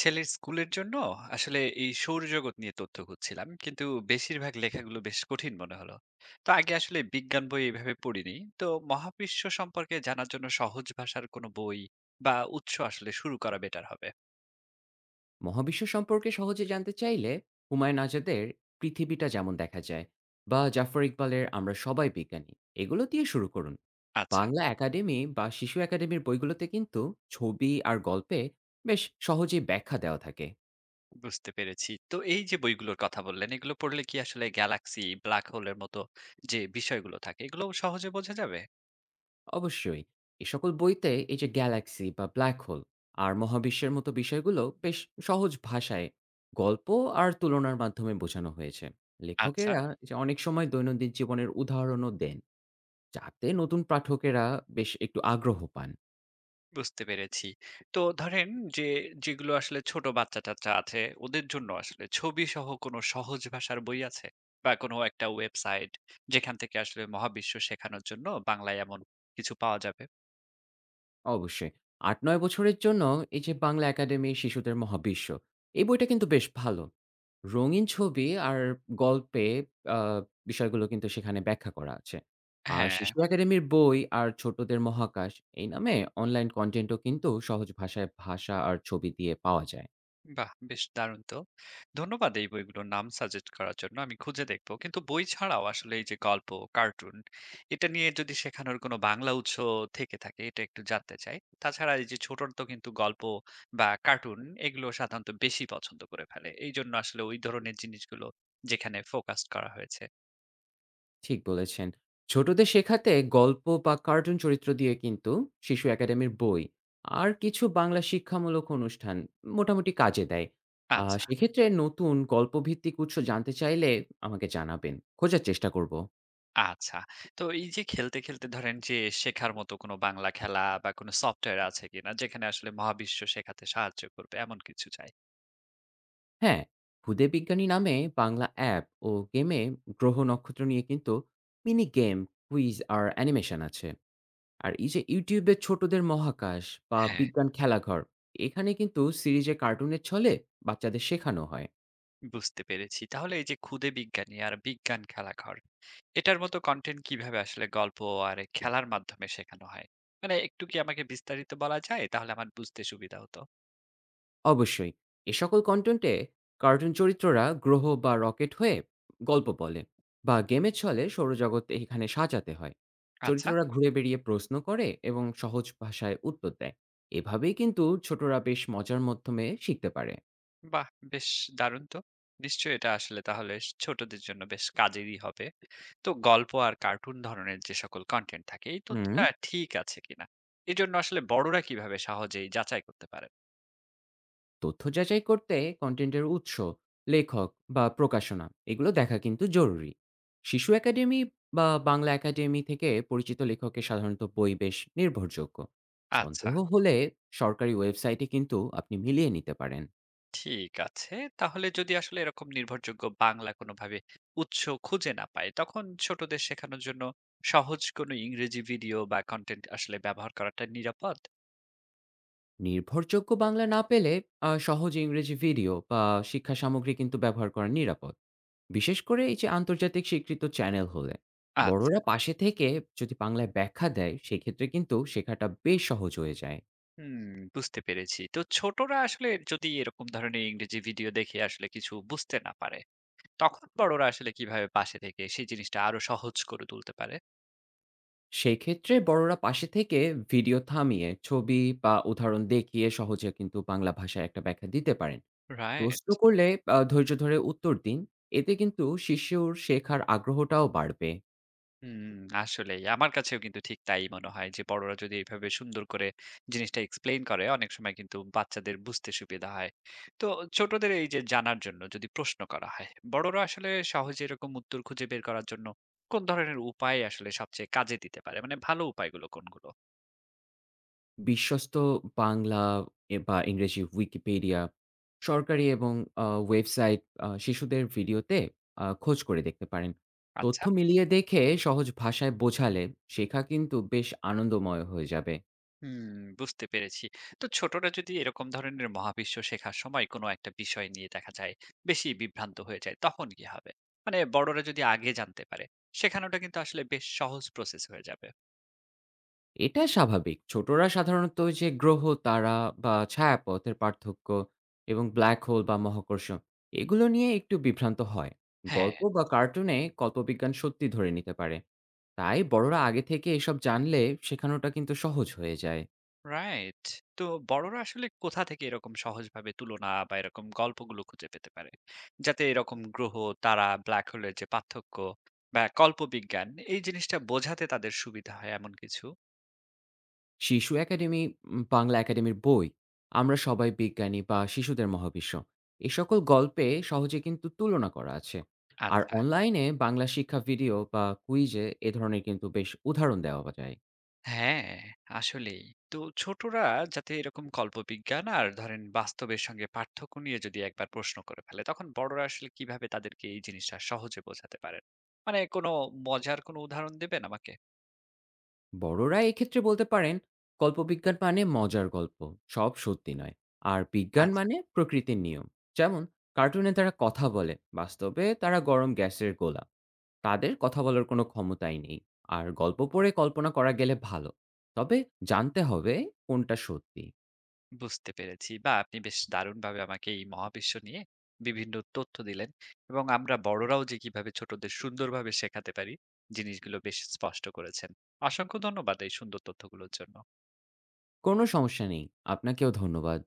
ছেলের স্কুলের জন্য আসলে এই সৌরজগৎ নিয়ে তথ্য খুঁজছিলাম, কিন্তু বেশিরভাগ লেখাগুলো বেশ কঠিন মনে হলো। তো আগে আসলে বিজ্ঞান বই এইভাবে পড়িনি। তো মহাবিশ্ব সম্পর্কে জানার জন্য সহজ ভাষার কোনো বই বা উৎস আসলে শুরু করা বেটার হবে। মহাবিশ্ব সম্পর্কে সহজে জানতে চাইলে হুমায়ুন আজাদের পৃথিবীটা যেমন দেখা যায় বা জাফর ইকবালের আমরা সবাই বিজ্ঞানী এগুলো দিয়ে শুরু করুন। আচ্ছা, বাংলা একাডেমি বা শিশু একাডেমির বইগুলোতে কিন্তু ছবি আর গল্পে বেশ সহজেই ব্যাখ্যা দেওয়া থাকে। বুঝতে পেরেছি। তো এই যে বইগুলোর কথা বললেন, এগুলো পড়লে কি আসলে গ্যালাক্সি, ব্ল্যাক হোলের মতো যে বিষয়গুলো থাকে এগুলো সহজে বোঝা যাবে? অবশ্যই এ সকল বইতে এই যে গ্যালাক্সি বা ব্ল্যাক হোল আর মহাবিশ্বের মতো বিষয়গুলো বেশ সহজ ভাষায় গল্প আর তুলনার মাধ্যমে বোঝানো হয়েছে। আচ্ছা, লেখকেরা যে অনেক সময় দৈনন্দিন জীবনের উদাহরণও দেন যাতে নতুন পাঠকেরা বেশ একটু আগ্রহ পান। বুঝতে পেরেছি। তো ধরেন যে, যেগুলো আসলে ছোট বাচ্চা-টাচ্চা আছে, ওদের জন্য আসলে ছবিসহ কোনো সহজ ভাষার বই আছে? বা কোনো একটা ওয়েবসাইট যেখান থেকে আসলে মহাবিশ্ব শেখানোর জন্য বাংলায় এমন কিছু পাওয়া যাবে? অবশ্যই। ৮-৯ বছরের জন্য এই যে বাংলা একাডেমি শিশুদের মহাবিশ্ব, এই বইটা কিন্তু বেশ ভালো। রঙিন ছবি আর গল্পে আ বিষয়গুলো কিন্তু সেখানে ব্যাখ্যা করা আছে। আর হ্যাঁ। শিশু একাডেমির বই আর ছোটদের মহাকাশ এই নামে অনলাইন কনটেন্টও কিন্তু সহজ ভাষায় ভাষা আর ছবি দিয়ে পাওয়া যায়। বাহ! বেশ দারুণ তো। ধন্যবাদ এই বইগুলোর নাম সাজেস্ট করার জন্য। আমি খুঁজে দেখব। কিন্তু বই ছাড়াও আসলে এই যে গল্প, কার্টুন এটা নিয়ে যদি শেখানোর কোনো বাংলা উৎস থেকে থাকে এটা একটু জানতে চাই। তাছাড়া এই যে ছোটরা তো কিন্তু গল্প বা কার্টুন এগুলো সাধারণত বেশি পছন্দ করে ফেলে। এইজন্য আসলে ওই ধরনের জিনিসগুলো যেখানে ফোকাস করা হয়েছে। ঠিক বলেছেন। ছোটদের শেখাতে গল্প বা কার্টুন চরিত্র দিয়ে কিন্তু শিশু একাডেমির বই আর কিছু বাংলা শিক্ষামূলক অনুষ্ঠান মোটামুটি কাজে দেয়। আচ্ছা, সেক্ষেত্রে নতুন গল্পভিত্তিক উৎস জানতে চাইলে আমাকে জানাবেন। খোঁজার চেষ্টা করব। আচ্ছা। তো এই যে খেলতে, খেলতে ধরেন যে শেখার মতো কোনো বাংলা খেলা বা কোনো সফটওয়্যার আছে কিনা, যেখানে আসলে মহাবিশ্ব শেখাতে সাহায্য করবে এমন কিছু চাই? হ্যাঁ, "খুদে বিজ্ঞানী" নামে বাংলা অ্যাপ ও গেমে গ্রহ নক্ষত্র নিয়ে কিন্তু মিনি গেম, কুইজ আর অ্যানিমেশন আছে। আর এই যে YouTube এ ছোটদের মহাকাশ বা হ্যাঁ। বিজ্ঞান খেলাঘর, এখানে কিন্তু সিরিজে কার্টুনের ছলে বাচ্চাদের শেখানো হয়। বুঝতে পেরেছি। তাহলে এই যে খুদে বিজ্ঞানী আর বিজ্ঞান খেলাঘর, এটার মতো কনটেন্ট কিভাবে আসলে গল্প আর খেলার মাধ্যমে শেখানো হয়? মানে একটু কি আমাকে বিস্তারিত বলা যায়? তাহলে আমার বুঝতে সুবিধা হতো। অবশ্যই এ সকল কনটেন্টে কার্টুন চরিত্ররা গ্রহ বা রকেট হয়ে গল্প বলে বা গেমের ছলে সৌরজগৎ এখানে সাজাতে হয়। আচ্ছা, চরিত্ররা ঘুরে বেড়িয়ে প্রশ্ন করে এবং সহজ ভাষায় উত্তর দেয়। এভাবেই কিন্তু ছোটরা বেশ মজার মাধ্যমে শিখতে পারে। বাহ! বেশ দারুণ তো। নিশ্চয়ই এটা আসলে তাহলে ছোটদের জন্য বেশ কাজেরই হবে। তো গল্প আর কার্টুন ধরনের যে সকল কনটেন্ট থাকে, এই হুম। তথ্যটা ঠিক আছে কিনা? এজন্য আসলে বড়রা কিভাবে সহজেই যাচাই করতে পারেন? তথ্য যাচাই করতে কন্টেন্টের উৎস, লেখক বা প্রকাশনা এগুলো দেখা কিন্তু জরুরি। শিশু একাডেমি বা বাংলা একাডেমি থেকে পরিচিত লেখকের সাধারণত বই বেশ নির্ভরযোগ্য। আচ্ছা। সন্দেহ হলে সরকারি ওয়েবসাইটে কিন্তু আপনি মিলিয়ে নিতে পারেন। ঠিক আছে। তাহলে যদি আসলে এরকম নির্ভরযোগ্য বাংলা কোনোভাবে উৎস খুঁজে না পায়, তখন ছোটদের শেখানোর জন্য সহজ কোনো ইংরেজি ভিডিও বা কনটেন্ট আসলে ব্যবহার করাটা নিরাপদ? নির্ভরযোগ্য বাংলা না পেলে সহজ ইংরেজি ভিডিও বা শিক্ষা সামগ্রী কিন্তু ব্যবহার করা নিরাপদ, বিশেষ করে এই যে আন্তর্জাতিক স্বীকৃত চ্যানেল হলে। আচ্ছা। বড়রা পাশে থেকে যদি বাংলায় ব্যাখ্যা দেয় সেক্ষেত্রে কিন্তু শেখাটা বেশ সহজ হয়ে যায়। হুম, বুঝতে পেরেছি। তো ছোটরা আসলে যদি এরকম ধরনের ইংরেজি ভিডিও দেখে আসলে কিছু বুঝতে না পারে, তখন বড়রা আসলে কিভাবে পাশে থেকে সেই জিনিসটা আরো সহজ করে তুলতে পারে? সেক্ষেত্রে বড়রা পাশে থেকে ভিডিও থামিয়ে ছবি বা উদাহরণ দেখিয়ে সহজে কিন্তু বাংলা ভাষায় একটা ব্যাখ্যা দিতে পারেন। রাইট। প্রশ্ন করলে ধৈর্য ধরে উত্তর দিন। এতে কিন্তু শিশুর শেখার আগ্রহটাও বাড়বে। হুম, আসলেই। আমার কাছেও কিন্তু ঠিক তাই মনে হয় যে বড়রা যদি এভাবে সুন্দর করে জিনিসটা এক্সপ্লেইন করে অনেক সময় কিন্তু বাচ্চাদের বুঝতে সুবিধা হয়। তো ছোটদের এই যে জানার জন্য যদি প্রশ্ন করা হয়, বড়রা আসলে সহজে এরকম উত্তর খুঁজে বের করার জন্য কোন ধরনের উপায় আসলে সবচেয়ে কাজে দিতে পারে? মানে ভালো উপায়গুলো কোনগুলো? বিশ্বস্ত বাংলা এ বা ইংরেজি উইকিপিডিয়া, সরকারি এবং ওয়েবসাইট, শিশুদের ভিডিওতে খোঁজ করে দেখতে পারেন। তথ্য আচ্ছা। মিলিয়ে দেখে সহজ ভাষায় বোঝালে শেখা কিন্তু বেশ আনন্দময় হয়ে যাবে। হুম, বুঝতে পেরেছি। তো ছোটরা যদি এরকম ধরনের মহাবিশ্ব শেখার সময় কোনো একটা বিষয় নিয়ে দেখা যায় বেশি বিভ্রান্ত হয়ে যায়, তখন কি হবে? মানে বড়রা যদি আগে জানতে পারে, শেখানোটা কিন্তু আসলে বেশ সহজ প্রসেস হয়ে যাবে। এটা স্বাভাবিক। ছোটরা সাধারণত যে গ্রহ, তারা বা ছায়াপথের পার্থক্য এবং ব্ল্যাক হোল বা মহাকর্ষ এগুলো নিয়ে একটু বিভ্রান্ত হয়। হ্যাঁ, গল্প বা কার্টুনে কল্পবিজ্ঞান সত্যি ধরে নিতে পারে। তাই বড়রা আগে থেকে এসব জানলে শেখানোটা কিন্তু সহজ হয়ে যায়। রাইট। তো বড়রা আসলে কোথা থেকে এরকম সহজভাবে তুলনা বা এরকম গল্পগুলো খুঁজে পেতে পারে? যাতে এরকম গ্রহ, তারা, ব্ল্যাক হোলের যে পার্থক্য বা কল্পবিজ্ঞান এই জিনিসটা বোঝাতে তাদের সুবিধা হয় এমন কিছু? শিশু একাডেমি, বাংলা একাডেমির বই, আমরা সবাই বিজ্ঞানী বা শিশুদের মহাবিশ্ব। এ সকল গল্পে সহজে কিন্তু তুলনা করা আছে। আর আচ্ছা। অনলাইনে বাংলা শিক্ষা ভিডিও বা কুইজে এ ধরনের কিন্তু বেশ উদাহরণ দেওয়া যায়। হ্যাঁ, আসলেই। তো ছোটরা যাতে এরকম কল্পবিজ্ঞান আর ধরেন বাস্তবের সঙ্গে পার্থক্য নিয়ে যদি একবার প্রশ্ন করে ফেলে, তখন বড়রা আসলে কিভাবে তাদেরকে এই জিনিসটা সহজে বোঝাতে পারেন? মানে কোনো মজার কোনো উদাহরণ দেবেন আমাকে? বড়রা এক্ষেত্রে বলতে পারেন, কল্পবিজ্ঞান মানে মজার গল্প, সব সত্যি নয়। আর বিজ্ঞান আচ্ছা, মানে প্রকৃতির নিয়ম। যেমন কার্টুনে তারা কথা বলে, বাস্তবে তারা গরম গ্যাসের গোলা, তাদের কথা বলার কোনো ক্ষমতাই নেই। আর গল্প অ পড়ে কল্পনা করা গেলে ভালো, তবে জানতে হবে কোনটা সত্যি। বুঝতে পেরেছি। বা আপনি বেশ দারুণভাবে আমাকে এই মহাবিশ্ব নিয়ে বিভিন্ন তথ্য দিলেন এবং আমরা বড়রাও যে কিভাবে ছোটদের সুন্দরভাবে শেখাতে পারি, জিনিসগুলো বেশ স্পষ্ট করেছেন। অসংখ্য ধন্যবাদ এই সুন্দর তথ্যগুলোর জন্য। কোনো সমস্যা নেই, আপনাকেও ধন্যবাদ।